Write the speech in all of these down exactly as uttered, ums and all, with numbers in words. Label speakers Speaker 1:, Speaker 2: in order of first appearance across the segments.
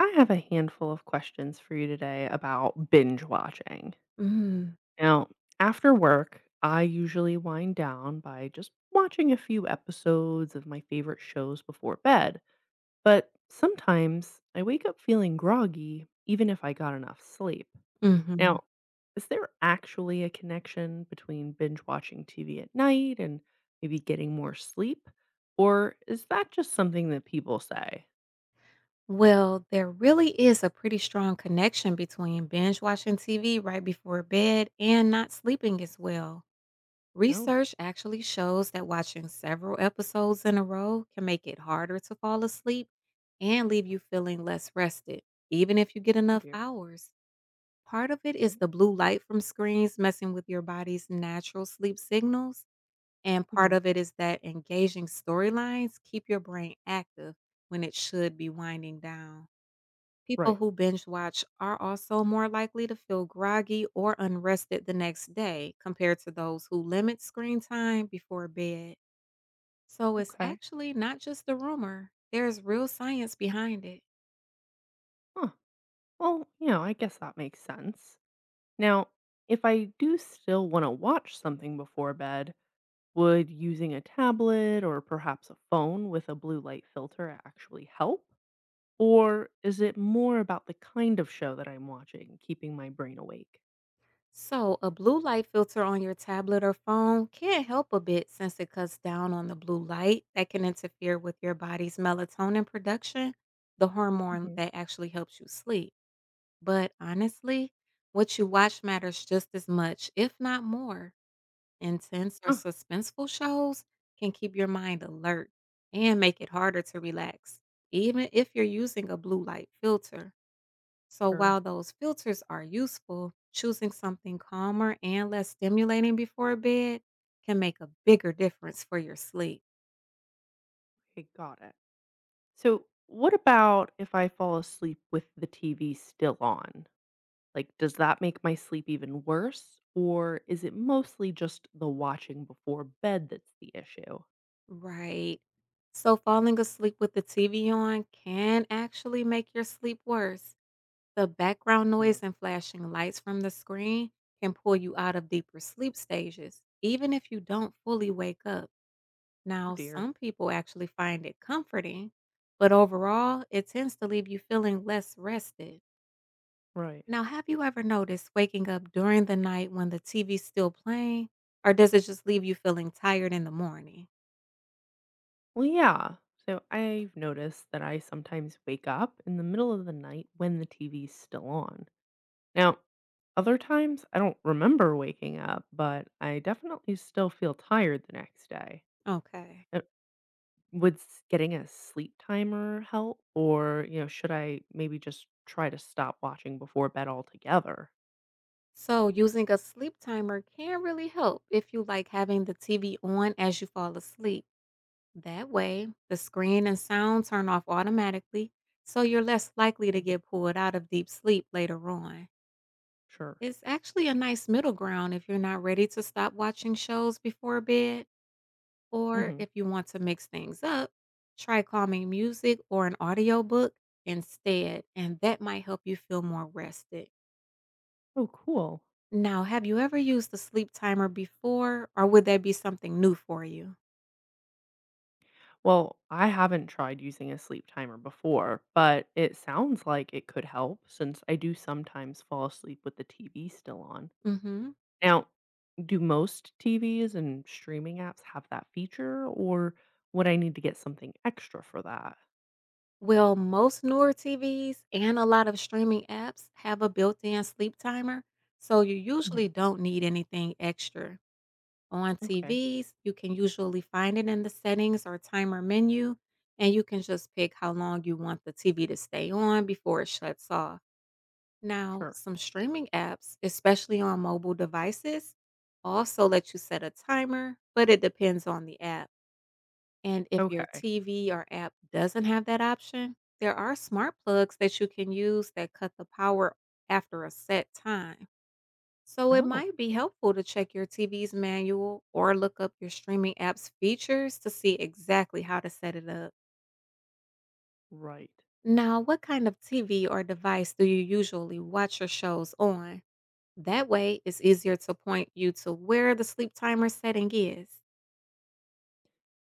Speaker 1: I have a handful of questions for you today about binge watching.
Speaker 2: Mm,
Speaker 1: Now, after work, I usually wind down by just watching a few episodes of my favorite shows before bed, but sometimes I wake up feeling groggy even if I got enough sleep.
Speaker 2: mhm.
Speaker 1: Now, is there actually a connection between binge watching T V at night and maybe getting more sleep? Or is that just something that people say?
Speaker 2: Well, there really is a pretty strong connection between binge watching T V right before bed and not sleeping as well.
Speaker 1: No.
Speaker 2: Research actually shows that watching several episodes in a row can make it harder to fall asleep and leave you feeling less rested, even if you get
Speaker 1: Oh
Speaker 2: enough
Speaker 1: dear.
Speaker 2: hours. Part of it
Speaker 1: Okay.
Speaker 2: is the blue light from screens messing with your body's natural sleep signals, and part
Speaker 1: Mhm.
Speaker 2: of it is that engaging storylines keep your brain active when it should be winding down. People
Speaker 1: Right.
Speaker 2: who binge watch are also more likely to feel groggy or unrested the next day compared to those who limit screen time before bed. So it's
Speaker 1: Okay.
Speaker 2: actually not just a rumor, there's real science behind it.
Speaker 1: Huh. Well, you know, I guess that makes sense. Now, if I do still want to watch something before bed, would using a tablet or perhaps a phone with a blue light filter actually help? Or is it more about the kind of show that I'm watching, keeping my brain awake?
Speaker 2: So, a blue light filter on your tablet or phone can not help a bit since it cuts down on the blue light that can interfere with your body's melatonin production, the hormone
Speaker 1: Mhm.
Speaker 2: that actually helps you sleep. But honestly, what you watch matters just as much, if not more. Intense or
Speaker 1: Oh,
Speaker 2: suspenseful shows can keep your mind alert and make it harder to relax, even if you're using a blue light filter. So
Speaker 1: sure.
Speaker 2: while those filters are useful, choosing something calmer and less stimulating before bed can make a bigger difference for your sleep.
Speaker 1: Okay, got it. So, what about if I fall asleep with the T V still on? Like, does that make my sleep even worse, or is it mostly just the watching before bed that's the issue?
Speaker 2: Right. So falling asleep with the T V on can actually make your sleep worse. The background
Speaker 1: Mm.
Speaker 2: noise and flashing lights from the screen can pull you out of deeper sleep stages, even if you don't fully wake up.
Speaker 1: Oh,
Speaker 2: Now,
Speaker 1: dear.
Speaker 2: some people actually find it comforting, but overall, it tends to leave you feeling less rested.
Speaker 1: Right.
Speaker 2: Now, have you ever noticed waking up during the night when the T V's still playing, or does it just leave you feeling tired in the morning?
Speaker 1: Well, yeah. So I've noticed that I sometimes wake up in the middle of the night when the T V's still on. Now, other times I don't remember waking up, but I definitely still feel tired the next day.
Speaker 2: Okay.
Speaker 1: Uh, Would s- getting a sleep timer help, or you know, should I maybe just try to stop watching before bed altogether?
Speaker 2: So, using a sleep timer can really help if you like having the T V on as you fall asleep. That way, the screen and sound turn off automatically, so you're less likely to
Speaker 1: Mhm.
Speaker 2: get pulled out of deep sleep later on.
Speaker 1: Sure.
Speaker 2: It's actually a nice middle ground if you're not ready to stop watching shows before bed. Or
Speaker 1: Mhm.
Speaker 2: if you want to mix things up, try calming music or an audiobook instead, and that might help you feel more rested.
Speaker 1: Oh, cool.
Speaker 2: Now, have you ever used the sleep timer before, or would that be something new for you?
Speaker 1: Well, I haven't tried using a sleep timer before, but it sounds like it could help since I do sometimes fall asleep with the T V still on.
Speaker 2: Hmm.
Speaker 1: Now, do most T Vs and streaming apps have that feature, or would I need to get something extra for that?
Speaker 2: Well, most newer T Vs and a lot of streaming apps have a built in sleep timer, so you
Speaker 1: Mhm.
Speaker 2: usually don't need anything extra. On
Speaker 1: Okay,
Speaker 2: T Vs, you can usually find it in the settings or timer menu, and you can just pick how long you want the T V to stay on before it shuts off. Now,
Speaker 1: sure.
Speaker 2: some streaming apps, especially on mobile devices, also let you set a timer, but it depends on the app. And if your
Speaker 1: Okay.
Speaker 2: T V or app doesn't have that option, there are smart plugs that you can use that cut the power after a set time. So it
Speaker 1: Oh,
Speaker 2: might be helpful to check your T V's manual or look up your streaming app's features to see exactly how to set it up.
Speaker 1: right.
Speaker 2: Now, what kind of T V or device do you usually watch your shows on? That way, it's easier to point you to where the sleep timer setting is.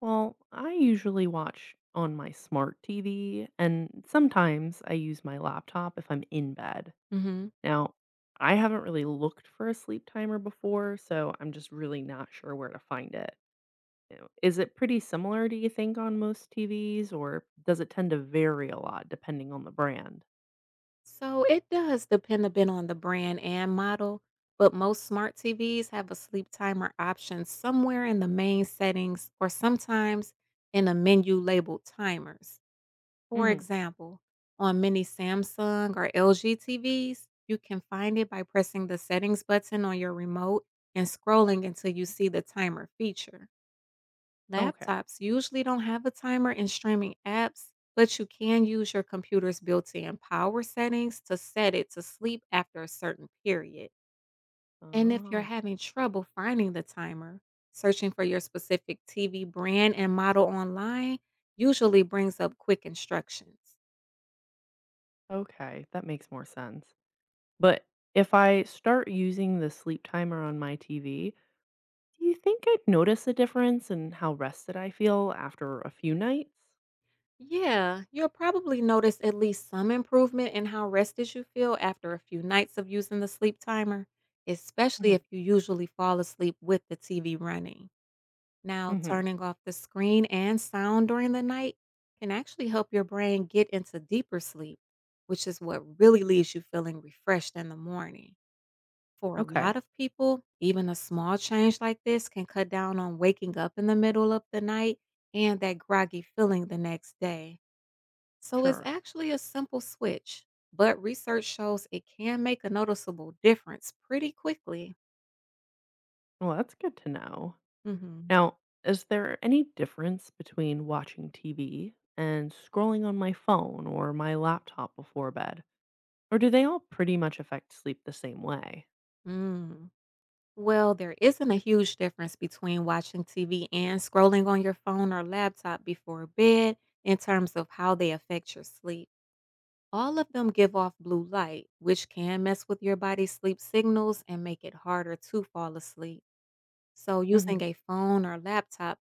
Speaker 1: Well, I usually watch on my smart T V, and sometimes I use my laptop if I'm in bed.
Speaker 2: Mhm.
Speaker 1: Now, I haven't really looked for a sleep timer before, so I'm just really not sure where to find it. You know, is it pretty similar, do you think, on most T Vs, or does it tend to vary a lot depending on the brand?
Speaker 2: So it does depend a bit on the brand and model, but most smart T Vs have a sleep timer option somewhere in the main settings or sometimes in a menu labeled timers. For
Speaker 1: Hmm.
Speaker 2: example, on many Samsung or L G T Vs, you can find it by pressing the settings button on your remote and scrolling until you see the timer feature.
Speaker 1: Okay.
Speaker 2: Laptops usually don't have a timer in streaming apps, but you can use your computer's built in power settings to set it to sleep after a certain period. And if you're
Speaker 1: Oh,
Speaker 2: having trouble finding the timer, searching for your specific T V brand and model online usually brings up quick instructions.
Speaker 1: okay. That makes more sense. But if I start using the sleep timer on my T V, do you think I'd notice a difference in how rested I feel after a few nights?
Speaker 2: Yeah, you'll probably notice at least some improvement in how rested you feel after a few nights of using the sleep timer, especially
Speaker 1: Hmm.
Speaker 2: if you usually fall asleep with the T V running. Now,
Speaker 1: Hmm.
Speaker 2: turning off the screen and sound during the night can actually help your brain get into deeper sleep, which is what really leaves you feeling refreshed in the morning. For a
Speaker 1: Okay.
Speaker 2: lot of people, even a small change like this can cut down on waking up in the middle of the night and that groggy feeling the next day. So it's
Speaker 1: Sure.
Speaker 2: actually a simple switch, but research shows it can make a noticeable difference pretty quickly.
Speaker 1: Well, that's good to know.
Speaker 2: Hmm.
Speaker 1: Now, is there any difference between watching T V and scrolling on my phone or my laptop before bed? Or do they all pretty much affect sleep the same way?
Speaker 2: Mm. Well, there isn't a huge difference between watching T V and scrolling on your phone or laptop before bed in terms of how they affect your sleep. All of them give off blue light, which can mess with your body's sleep signals and make it harder to fall asleep. So, using
Speaker 1: Mhm.
Speaker 2: a phone or laptop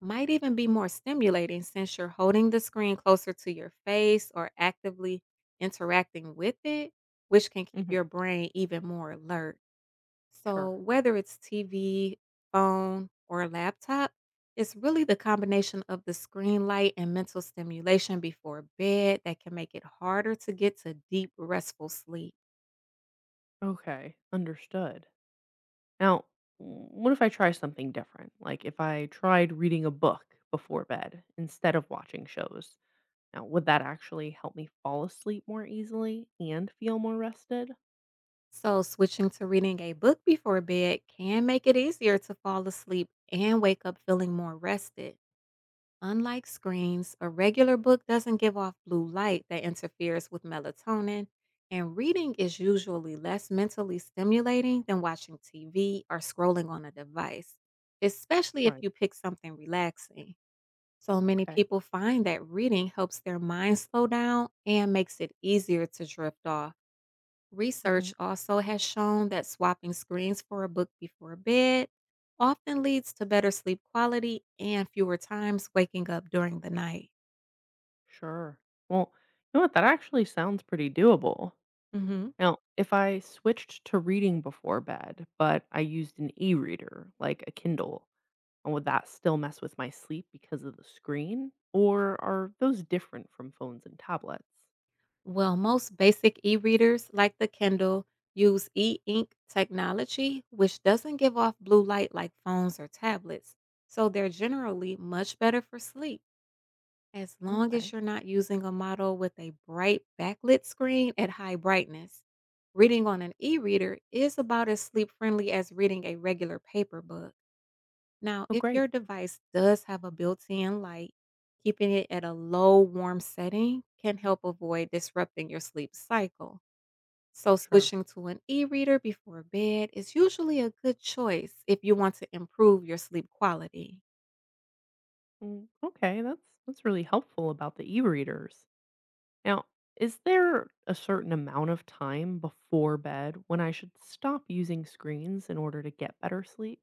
Speaker 2: might even be more stimulating since you're holding the screen closer to your face or actively interacting with it, which can keep your
Speaker 1: Mhm.
Speaker 2: brain even more alert. So,
Speaker 1: Sure.
Speaker 2: whether it's T V, phone, or laptop, it's really the combination of the screen light and mental stimulation before bed that can make it harder to get to deep, restful sleep.
Speaker 1: Okay, understood. Now, w- what if I try something different? Like if I tried reading a book before bed instead of watching shows. Now, would that actually help me fall asleep more easily and feel more rested?
Speaker 2: So, switching to reading a book before bed can make it easier to fall asleep and wake up feeling more rested. Unlike screens, a regular book doesn't give off blue light that interferes with melatonin, and reading is usually less mentally stimulating than watching T V or scrolling on a device, especially if
Speaker 1: Right.
Speaker 2: you pick something relaxing. So many
Speaker 1: Okay.
Speaker 2: people find that reading helps their mind slow down and makes it easier to drift off.
Speaker 1: Mhm.
Speaker 2: Research also has shown that swapping screens for a book before bed often leads to better sleep quality and fewer times waking up during the night.
Speaker 1: Sure. Well, you know what? That actually sounds pretty doable.
Speaker 2: Hmm.
Speaker 1: Now, if I switched to reading before bed, but I used an e reader like a Kindle, and would that still mess with my sleep because of the screen? Or are those different from phones and tablets?
Speaker 2: Well, most basic e readers like the Kindle use e ink technology, which doesn't give off blue light like phones or tablets, so they're generally much better for sleep. As long as
Speaker 1: Okay.
Speaker 2: you're not using a model with a bright backlit screen at high brightness, reading on an e reader is about as sleep friendly as reading a regular paper book. Now,
Speaker 1: Oh,
Speaker 2: if
Speaker 1: great.
Speaker 2: your device does have a built in light, keeping it at a low warm setting can help avoid disrupting your sleep cycle. So,
Speaker 1: Sure.
Speaker 2: switching to an e reader before bed is usually a good choice if you want to improve your sleep quality.
Speaker 1: Mm, okay, that's that's really helpful about the e-readers. Now, is there a certain amount of time before bed when I should stop using screens in order to get better sleep?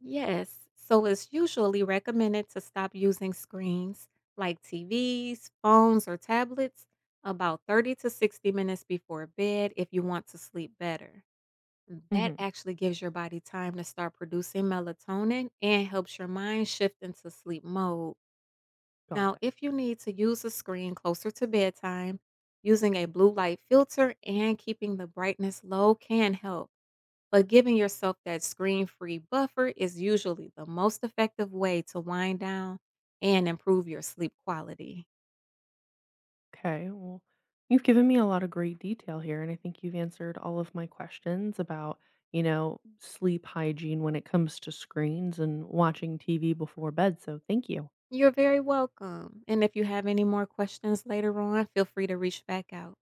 Speaker 2: Yes. So it's usually recommended to stop using screens like T Vs, phones, or tablets about thirty to sixty minutes before bed if you want to sleep better. That actually gives your body time to start producing melatonin and helps your mind shift into sleep mode.
Speaker 1: Got
Speaker 2: Now,
Speaker 1: it.
Speaker 2: if you need to use a screen closer to bedtime, using a blue light filter and keeping the brightness low can help. But giving yourself that screen free buffer is usually the most effective way to wind down and improve your sleep quality.
Speaker 1: Okay. Well, you've given me a lot of great detail here, and I think you've answered all of my questions about, you know, sleep hygiene when it comes to screens and watching T V before bed. So thank you.
Speaker 2: You're very welcome. And if you have any more questions later on, feel free to reach back out.